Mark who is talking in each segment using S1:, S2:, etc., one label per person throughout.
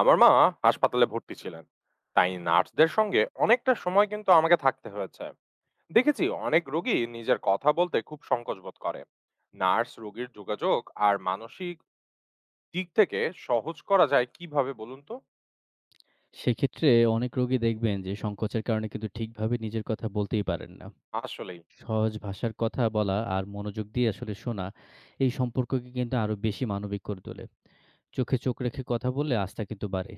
S1: আমার মা হাসপাতালে ভর্তি ছিলেন, তাই নার্সদের সঙ্গে অনেকটা সময় কিন্তু আমাকে থাকতে হয়েছে। দেখেছি অনেক রোগী নিজের কথা বলতে খুব সংকোচ বোধ করে। নার্স রোগীর যোগাযোগ আর মানসিক দিক থেকে সহজ করা যায় কিভাবে বলুন তো।
S2: সেক্ষেত্রে অনেক রোগী দেখবেন যে সংকোচের কারণে কিন্তু ঠিকভাবে নিজের কথা বলতেই পারেন না।
S1: আসলেই
S2: সহজ ভাষার কথা বলা আর মনোযোগ দিয়ে আসলে শোনা, এই সম্পর্ককে কিন্তু আরো বেশি মানবিক করে তোলে। চোখে চোখ রেখে কথা বললে আস্থা কিন্তু বাড়ে।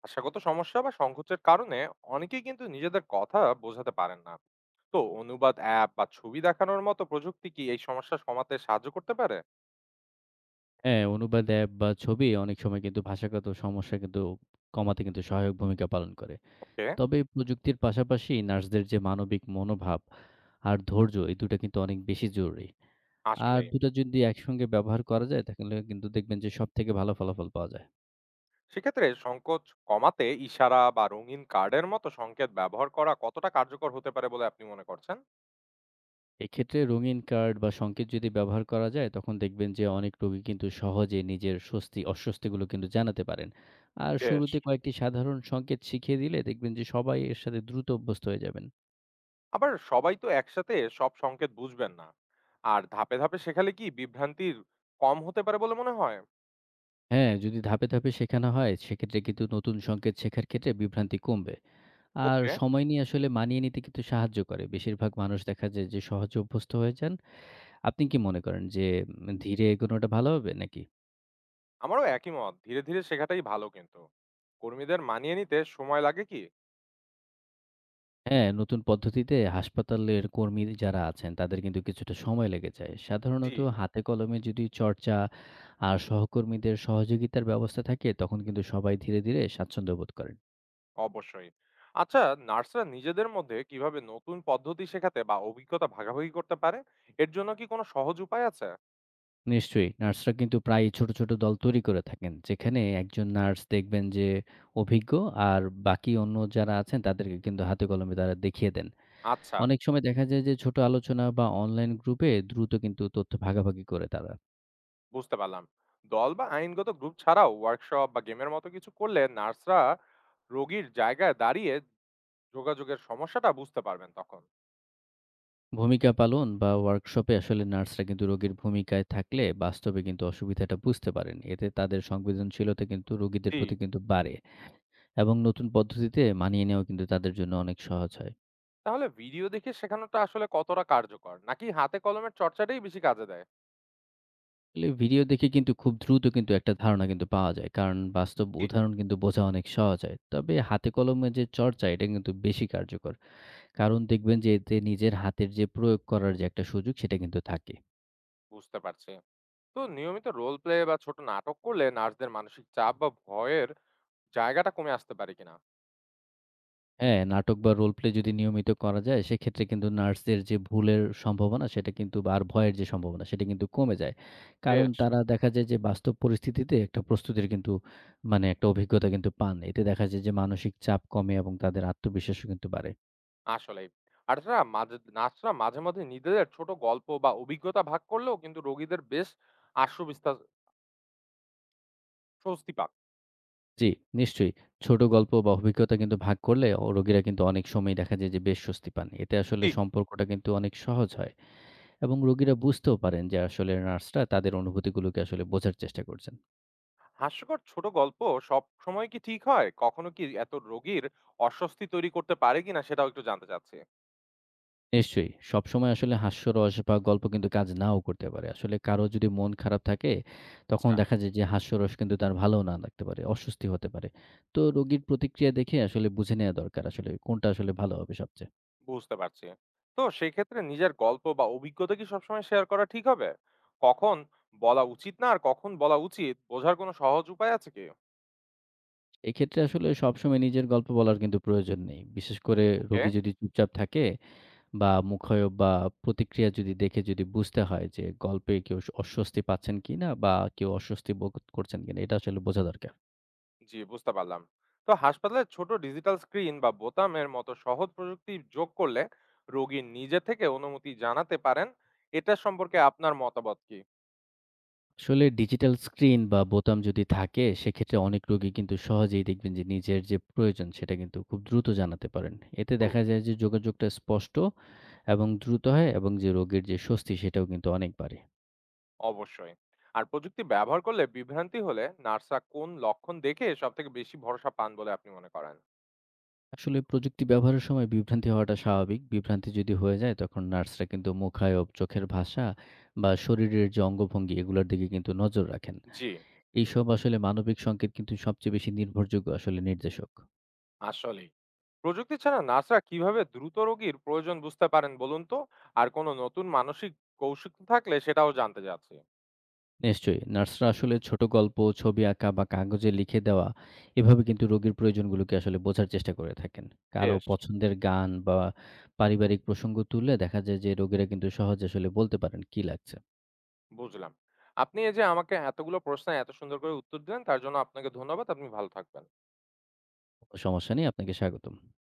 S1: ভাষাগত সমস্যা বা সংকোচের কারণে অনেকেই কিন্তু নিজেদের কথা বোঝাতে পারেন না, তো অনুবাদ অ্যাপ বা ছবি দেখানোর মতো প্রযুক্তি কি এই সমস্যা সমাধানে সাহায্য করতে পারে?
S2: হ্যাঁ, অনুবাদ অ্যাপ বা ছবি অনেক সময় কিন্তু ভাষাগত সমস্যা কিন্তু কমাতে কিন্তু সহায়ক ভূমিকা পালন করে।
S1: ওকে।
S2: তবে প্রযুক্তির পাশাপাশি নার্সদের যে মানবিক মনোভাব আর ধৈর্য, এই ২ টা কিন্তু অনেক বেশি জরুরি। আর
S1: আসলে
S2: ২ টা যদি একসঙ্গে ব্যবহার করা যায়, তাহলে কিন্তু দেখবেন যে সবথেকে ভালো ফলাফল পাওয়া যায়।
S1: সেক্ষেত্রে সংকোচ কমাতে ইশারা বা রঙিন কার্ডের মতো সংকেত ব্যবহার করা কতটা কার্যকর হতে পারে বলে আপনি মনে করছেন?
S2: এক্ষেত্রে রঙিন কার্ড বা সংকেত যদি ব্যবহার করা যায়, তখন দেখবেন যে অনেক রোগী কিন্তু সহজে নিজের স্বস্তি, অস্বস্তিগুলো কিন্তু জানাতে পারেন। আর
S1: বেশ।
S2: শুরুতে কয়েকটি সাধারণ সংকেত শিখিয়ে দিলে দেখবেন যে সবাই এর সাথে দ্রুত অভ্যস্ত হয়ে যাবেন।
S1: আবার সবাই তো একসাথে সব সংকেত বুঝবেন না, আর ধাপে ধাপে শেখালে কি বিভ্রান্তির কম হতে পারে বলে মনে হয়?
S2: হ্যাঁ, যদি ধাপে, ধাপে শেখানো হয়, সেক্ষেত্রে কিন্তু নতুন সংকেত শেখার ক্ষেত্রে বিভ্রান্তি কমবে। আর
S1: ওকে।
S2: সময় নিয়ে আসলে মানিয়ে নিতে কিন্তু সাহায্য করে। বেশিরভাগ মানুষ দেখা যায় যে সহজে অভ্যস্ত হয়ে যান। আপনি কি মনে করেন যে ধীরে এগোনোটা ভালো হবে নাকি?
S1: আমারও একই মত, ধীরে ধীরে শেখাটাই ভালো কিন্তু কর্মীদের মানিয়ে নিতে সময় লাগে কি?
S2: হ্যাঁ, নতুন পদ্ধতিতে হাসপাতালের কর্মী যারা আছেন তাদের কিন্তু কিছুটা সময় লেগে যায়।
S1: জি।
S2: সাধারণত হাতে কলমে যদি চর্চা আর সহকর্মীদের সহযোগিতার ব্যবস্থা থাকে, তখন কিন্তু সবাই ধীরে, ধীরে স্বাচ্ছন্দ্য বোধ করেন।
S1: অবশ্যই। আচ্ছা, নার্সরা নিজেদের মধ্যে কিভাবে নতুন পদ্ধতি শেখাতে বা অভিজ্ঞতা ভাগাভাগি করতে পারে? এর জন্য কি কোনো সহজ উপায় আছে?
S2: নিশ্চয়ই। নার্সরা কিন্তু প্রায়ই ছোট, ছোট দল তৈরি করে থাকেন। যেখানে একজন নার্স দেখবেন যে অভিজ্ঞ আর বাকি অন্য যারা আছেন তাদেরকে কিন্তু হাতে কলমে তারা দেখিয়ে দেন।
S1: আচ্ছা।
S2: অনেক সময় দেখা যায় যে ছোট আলোচনা বা অনলাইন গ্রুপে দ্রুত কিন্তু তথ্য ভাগাভাগি করে তারা।
S1: বুঝতে পারলাম। দল বা আইনগত গ্রুপ ছাড়াও ওয়ার্কশপ বা গেমের মতো কিছু করলে নার্সরা রোগীর জায়গায় দাঁড়িয়ে যোগাযোগের সমস্যাটা বুঝতে পারবেন তখন।
S2: ভূমিকা পালন বা ওয়ার্কশপে আসলে নার্সরা কিন্তু রোগীর ভূমিকায় থাকলে বাস্তবে কিন্তু অসুবিধাটা বুঝতে পারেন। এতে তাদের সংবেদনশীলতা কিন্তু রোগীদের
S1: জি।
S2: প্রতি কিন্তু বাড়ে এবং নতুন পদ্ধতিতে মানিয়ে নেওয়া কিন্তু তাদের জন্য অনেক সহজ হয়।
S1: তাহলে ভিডিও দেখে শেখানোটা আসলে কতটা কার্যকর, নাকি হাতে কলমের চর্চাটাই বেশি কাজে দেয়?
S2: আসলে ভিডিও দেখে কিন্তু খুব দ্রুত কিন্তু একটা ধারণা কিন্তু পাওয়া যায়। কারণ বাস্তব
S1: জি,
S2: উদাহরণ কিন্তু বোঝা অনেক সহজ হয়। তবে হাতে কলমে যে চর্চা এটা কিন্তু বেশি কার্যকর। কারণ দেখবেন যে এতে নিজের হাতের যে প্রয়োগ করার যে একটা সুযোগ সেটা কিন্তু থাকে।
S1: বুঝতে পারছি। তো নিয়মিত রোল প্লে বা ছোট নাটক করলে নার্সদের মানসিক চাপ বা ভয়ের জায়গাটা কমে আসতে পারে কিনা?
S2: হ্যাঁ, নাটক বা রোল প্লে যদি নিয়মিত করা যায়, সেক্ষেত্রে কিন্তু নার্সদের যে ভুলের সম্ভাবনা সেটা কিন্তু বা আর ভয়ের যে সম্ভাবনা সেটা কিন্তু কমে যায়। কারণ
S1: বেশ।
S2: তারা দেখা যায় যে বাস্তব পরিস্থিতিতে একটা প্রস্তুতির কিন্তু মানে একটা অভিজ্ঞতা কিন্তু পান। এতে দেখা যায় যে মানসিক চাপ কমে এবং তাদের আত্মবিশ্বাসও কিন্তু বাড়ে।
S1: আসলেই। আর তারা মাঝে নার্সরা মাঝে মাঝে নিজেদের ছোট গল্প বা অভিজ্ঞতা ভাগ করলেও কিন্তু রোগীদের বেশ আশ্বস্ত, স্বস্তি পাক।
S2: জি, নিশ্চয়ই। ছোট গল্প বা অভিজ্ঞতা কিন্তু ভাগ করলে রোগীরা কিন্তু অনেক সময়ই দেখা যায় যে বেশ স্বস্তি পান। এতে আসলে
S1: ঠিক।
S2: সম্পর্কটা কিন্তু অনেক সহজ হয় এবং রোগীরা বুঝতেও পারেন যে আসলে নার্সরা তাদের অনুভূতিগুলোকে আসলে বোঝার চেষ্টা করছেন।
S1: হাস্যকর ছোট গল্প সবসময় কি ঠিক হয়? কখনো কি এত রোগীর অস্বস্তি তৈরি করতে পারে কিনা সেটাও একটু জানতে চাচ্ছি।
S2: নিশ্চয়ই, সবসময় আসলে হাস্যরস বা গল্প কিন্তু কাজ নাও করতে পারে। আসলে কারো যদি মন খারাপ থাকে, তখন
S1: আচ্ছা।
S2: দেখা যায় যে হাস্যরস কিন্তু তার ভালোও না লাগতে পারে, অস্বস্তি হতে পারে। তো রোগীর প্রতিক্রিয়া দেখে আসলে বুঝে নেয়া দরকার আসলে কোনটা আসলে ভালো হবে সবচেয়ে।
S1: বুঝতে পারছি। তো সেক্ষেত্রে নিজের গল্প বা অভিজ্ঞতা কি সবসময় শেয়ার করা ঠিক হবে? কখন বলা উচিত না আর কখন বলা উচিত বোঝার কোনো সহজ উপায় আছে কি?
S2: এক্ষেত্রে আসলে সবসময় নিজের গল্প বলার কিন্তু প্রয়োজন নেই। বিশেষ করে
S1: ওকে।
S2: রোগী যদি চুপচাপ থাকে বা মুখায়ব বা প্রতিক্রিয়া যদি দেখে যদি বুঝতে হয় যে গল্পে কেউ অস্বস্তি পাচ্ছেন কিনা বা কেউ অস্বস্তি বোধ করছেন কিনা, এটা আসলে বোঝা দরকার।
S1: জি, বুঝতে পারলাম। তো হাসপাতালের ছোট ডিজিটাল স্ক্রিন বা বোতামের মতো সহজ প্রযুক্তি যোগ করলে রোগী নিজে থেকে অনুমতি জানাতে পারেন। এটা সম্পর্কে আপনার মতামত কি?
S2: আসলে ডিজিটাল স্ক্রিন বা বোতাম যদি থাকে, সেক্ষেত্রে অনেক রোগী কিন্তু সহজেই দেখবেন যে নিজের যে প্রয়োজন সেটা কিন্তু খুব দ্রুত জানাতে পারেন। এতে দেখা যায় যে যোগাযোগটা স্পষ্ট এবং দ্রুত হয় এবং যে রোগীর যে স্বস্তি সেটাও কিন্তু অনেক বাড়ে।
S1: অবশ্যই। আর প্রযুক্তি ব্যবহার করলে বিভ্রান্তি হলে নার্সরা কোন লক্ষণ দেখে সব থেকে বেশি ভরসা পান বলে আপনি মনে করেন?
S2: আসলে প্রযুক্তি ব্যবহারের সময় বিভ্রান্তি হওয়াটা স্বাভাবিক। বিভ্রান্তি যদি হয়ে যায়, তখন নার্সরা কিন্তু মুখায়ব, চোখের ভাষা বা শরীরের যে অঙ্গভঙ্গি এগুলোর দিকে কিন্তু নজর রাখেন।
S1: জি।
S2: এইসব আসলে মানবিক সংকেত কিন্তু সবচেয়ে বেশি নির্ভরযোগ্য আসলে নির্দেশক।
S1: আসলেই। প্রযুক্তি ছাড়া নার্সরা কিভাবে দ্রুত রোগীর প্রয়োজন বুঝতে পারেন বলুন তো, আর কোনো নতুন মানসিক কৌশল থাকলে সেটাও জানতে চাচ্ছি।
S2: নিশ্চয়ই, নার্সরা আসলে ছোট গল্প, ছবি আঁকা বা কাগজে লিখে দেওয়া, এভাবে কিন্তু রোগীর প্রয়োজনগুলোকে আসলে বোঝার চেষ্টা করে থাকেন। কারো
S1: বেশ।
S2: পছন্দের গান বা পারিবারিক প্রসঙ্গ তুললে দেখা যায় যে রোগীরা কিন্তু সহজে আসলে বলতে পারেন কি লাগছে।
S1: বুঝলাম। আপনি এই যে আমাকে এতগুলো প্রশ্ন এত সুন্দর করে উত্তর দিলেন, তার জন্য আপনাকে ধন্যবাদ। আপনি ভালো থাকবেন।
S2: কোনো সমস্যা নেই, আপনাকে স্বাগতম।